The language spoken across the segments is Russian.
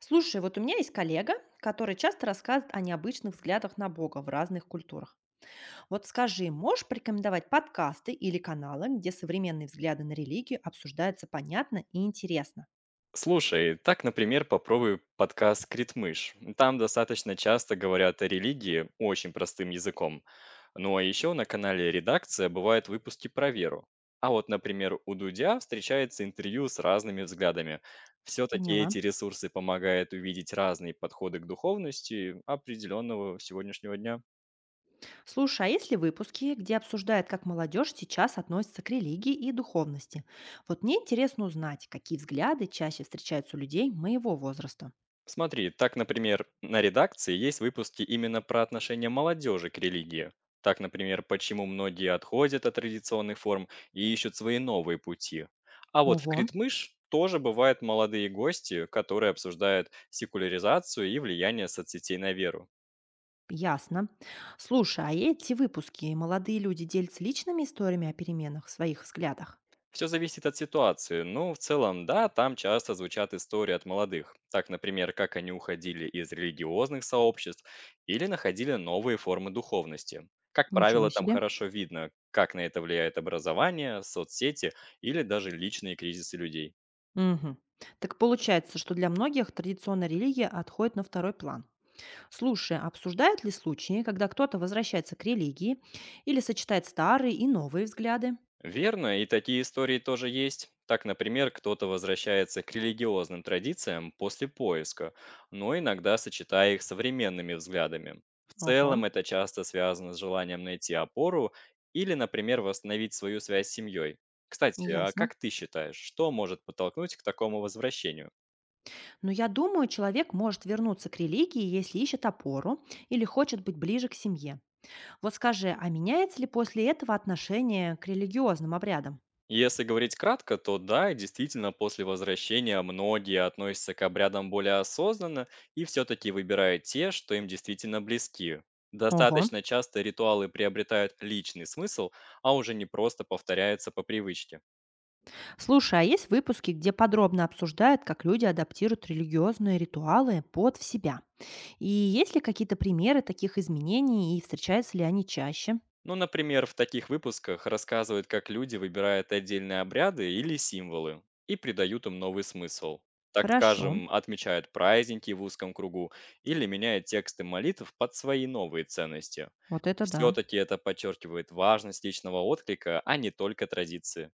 Слушай, вот у меня есть коллега, который часто рассказывает о необычных взглядах на Бога в разных культурах. Вот скажи, можешь порекомендовать подкасты или каналы, где современные взгляды на религию обсуждаются понятно и интересно? Слушай, так, например, попробуй подкаст «Критмыш». Там достаточно часто говорят о религии очень простым языком. Ну а еще на канале «Редакция» бывают выпуски про веру. А вот, например, у Дудя встречается интервью с разными взглядами. Все-таки Поняла. эти ресурсы помогают увидеть разные подходы к духовности определенного сегодняшнего дня. Слушай, а есть ли выпуски, где обсуждают, как молодежь сейчас относится к религии и духовности? Вот мне интересно узнать, какие взгляды чаще встречаются у людей моего возраста. Смотри, так, например, на редакции есть выпуски именно про отношение молодежи к религии. Так, например, почему многие отходят от традиционных форм и ищут свои новые пути. А вот в Ого. Критмыш тоже бывают молодые гости, которые обсуждают секуляризацию и влияние соцсетей на веру. Ясно. Слушай, а эти выпуски молодые люди делятся личными историями о переменах в своих взглядах? Все зависит от ситуации. Но в целом, да, там часто звучат истории от молодых. Так, например, как они уходили из религиозных сообществ или находили новые формы духовности. Как Ничего правило, там себе. хорошо видно, как на это влияет образование, соцсети или даже личные кризисы людей. Мгм. Так получается, что для многих традиционная религия отходит на второй план. Слушай, а обсуждают ли случаи, когда кто-то возвращается к религии или сочетает старые и новые взгляды? Верно, и такие истории тоже есть. Так, например, кто-то возвращается к религиозным традициям после поиска, но иногда сочетая их с современными взглядами. В Ого, целом это часто связано с желанием найти опору или, например, восстановить свою связь с семьей. Кстати, а ясно. как ты считаешь, что может подтолкнуть к такому возвращению? Но я думаю, человек может вернуться к религии, если ищет опору или хочет быть ближе к семье. Вот скажи, а меняется ли после этого отношение к религиозным обрядам? Если говорить кратко, то да, действительно, после возвращения многие относятся к обрядам более осознанно и все-таки выбирают те, что им действительно близки. Ого. Достаточно часто ритуалы приобретают личный смысл, а уже не просто повторяются по привычке. Слушай, а есть выпуски, где подробно обсуждают, как люди адаптируют религиозные ритуалы под в себя? И есть ли какие-то примеры таких изменений и встречаются ли они чаще? Ну, например, в таких выпусках рассказывают, как люди выбирают отдельные обряды или символы и придают им новый смысл. Так Хорошо. скажем, отмечают праздники в узком кругу или меняют тексты молитв под свои новые ценности. Вот это да. Все-таки это подчеркивает важность личного отклика, а не только традиции.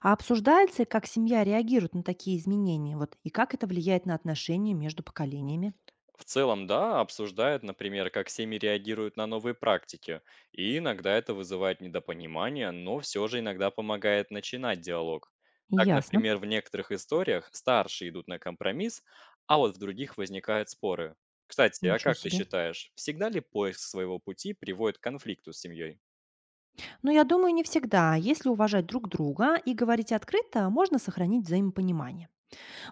А обсуждается, как семья реагирует на такие изменения, вот, и как это влияет на отношения между поколениями? В целом, да, обсуждают, например, как семьи реагируют на новые практики. И иногда это вызывает недопонимание, но все же иногда помогает начинать диалог. Так, Ясно. например, в некоторых историях старшие идут на компромисс, а вот в других возникают споры. Кстати, а Ничего как ты себе. считаешь, всегда ли поиск своего пути приводит к конфликту с семьей? Но я думаю, не всегда. Если уважать друг друга и говорить открыто, можно сохранить взаимопонимание.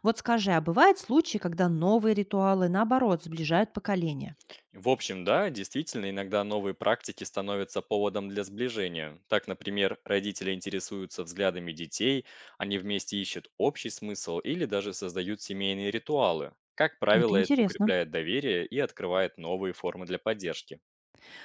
Вот скажи, а бывают случаи, когда новые ритуалы, наоборот, сближают поколения? В общем, да, действительно, иногда новые практики становятся поводом для сближения. Так, например, родители интересуются взглядами детей, они вместе ищут общий смысл или даже создают семейные ритуалы. Как правило, Это это интересно. укрепляет доверие и открывает новые формы для поддержки.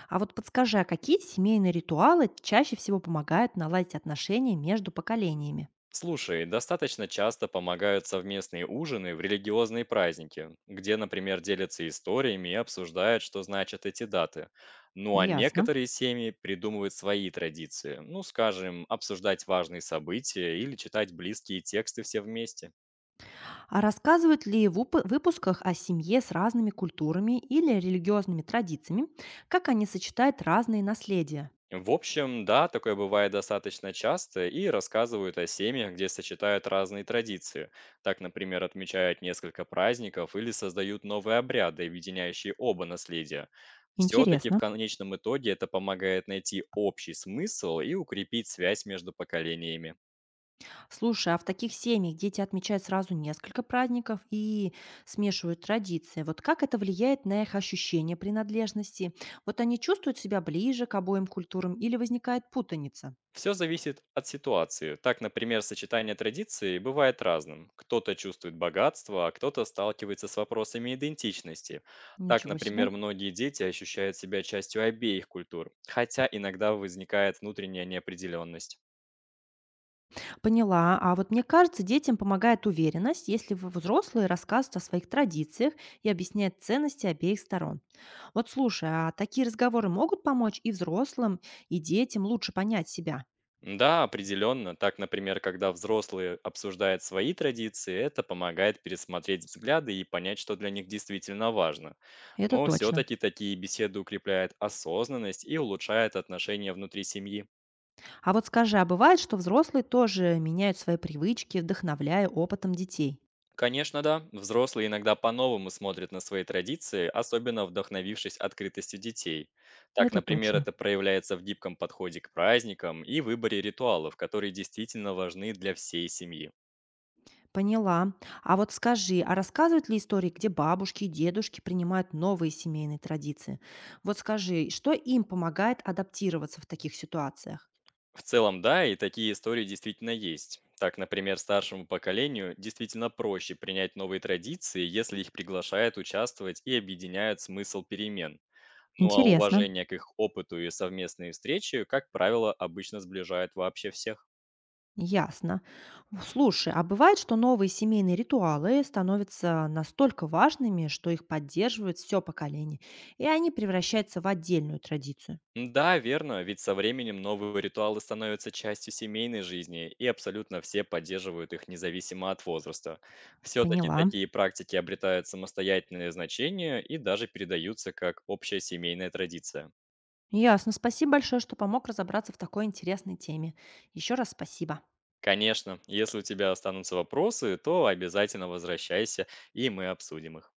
А вот подскажи, а какие семейные ритуалы чаще всего помогают наладить отношения между поколениями? Слушай, достаточно часто помогают совместные ужины в религиозные праздники, где, например, делятся историями и обсуждают, что значат эти даты. Ну а Ясно. некоторые семьи придумывают свои традиции, ну, скажем, обсуждать важные события или читать близкие тексты все вместе. А рассказывают ли в выпусках о семье с разными культурами или религиозными традициями, как они сочетают разные наследия? В общем, да, такое бывает достаточно часто и рассказывают о семьях, где сочетают разные традиции. Так, например, отмечают несколько праздников или создают новые обряды, объединяющие оба наследия. Все-таки в Интересно. конечном итоге это помогает найти общий смысл и укрепить связь между поколениями. Слушай, а в таких семьях дети отмечают сразу несколько праздников и смешивают традиции. Вот как это влияет на их ощущение принадлежности? Вот они чувствуют себя ближе к обоим культурам или возникает путаница? Все зависит от ситуации. Так, например, сочетание традиций бывает разным. Кто-то чувствует богатство, а кто-то сталкивается с вопросами идентичности. Так, Ничего себе. например, многие дети ощущают себя частью обеих культур, хотя иногда возникает внутренняя неопределенность. Поняла. А вот мне кажется, детям помогает уверенность, если взрослые рассказывают о своих традициях и объясняют ценности обеих сторон. Вот слушай, а такие разговоры могут помочь и взрослым, и детям лучше понять себя? Да, определенно. Так, например, когда взрослые обсуждают свои традиции, это помогает пересмотреть взгляды и понять, что для них действительно важно. Это Но точно. все-таки такие беседы укрепляют осознанность и улучшают отношения внутри семьи. А вот скажи, а бывает, что взрослые тоже меняют свои привычки, вдохновляя опытом детей? Конечно, да. Взрослые иногда по-новому смотрят на свои традиции, особенно вдохновившись открытостью детей. Так, Это например, точно. это проявляется в гибком подходе к праздникам и выборе ритуалов, которые действительно важны для всей семьи. Поняла. А вот скажи, а рассказывают ли истории, где бабушки и дедушки принимают новые семейные традиции? Вот скажи, что им помогает адаптироваться в таких ситуациях? В целом, да, и такие истории действительно есть. Так, например, старшему поколению действительно проще принять новые традиции, если их приглашают участвовать и объединяют смысл перемен. Ну а Интересно. уважение к их опыту и совместные встречи, как правило, обычно сближает вообще всех. Ясно. Слушай, а бывает, что новые семейные ритуалы становятся настолько важными, что их поддерживает все поколение, и они превращаются в отдельную традицию? Да, верно, ведь со временем новые ритуалы становятся частью семейной жизни, и абсолютно все поддерживают их независимо от возраста. Все-таки Поняла. такие практики обретают самостоятельное значение и даже передаются как общая семейная традиция. Ясно. Спасибо большое, что помог разобраться в такой интересной теме. Еще раз спасибо. Конечно, если у тебя останутся вопросы, то обязательно возвращайся, и мы обсудим их.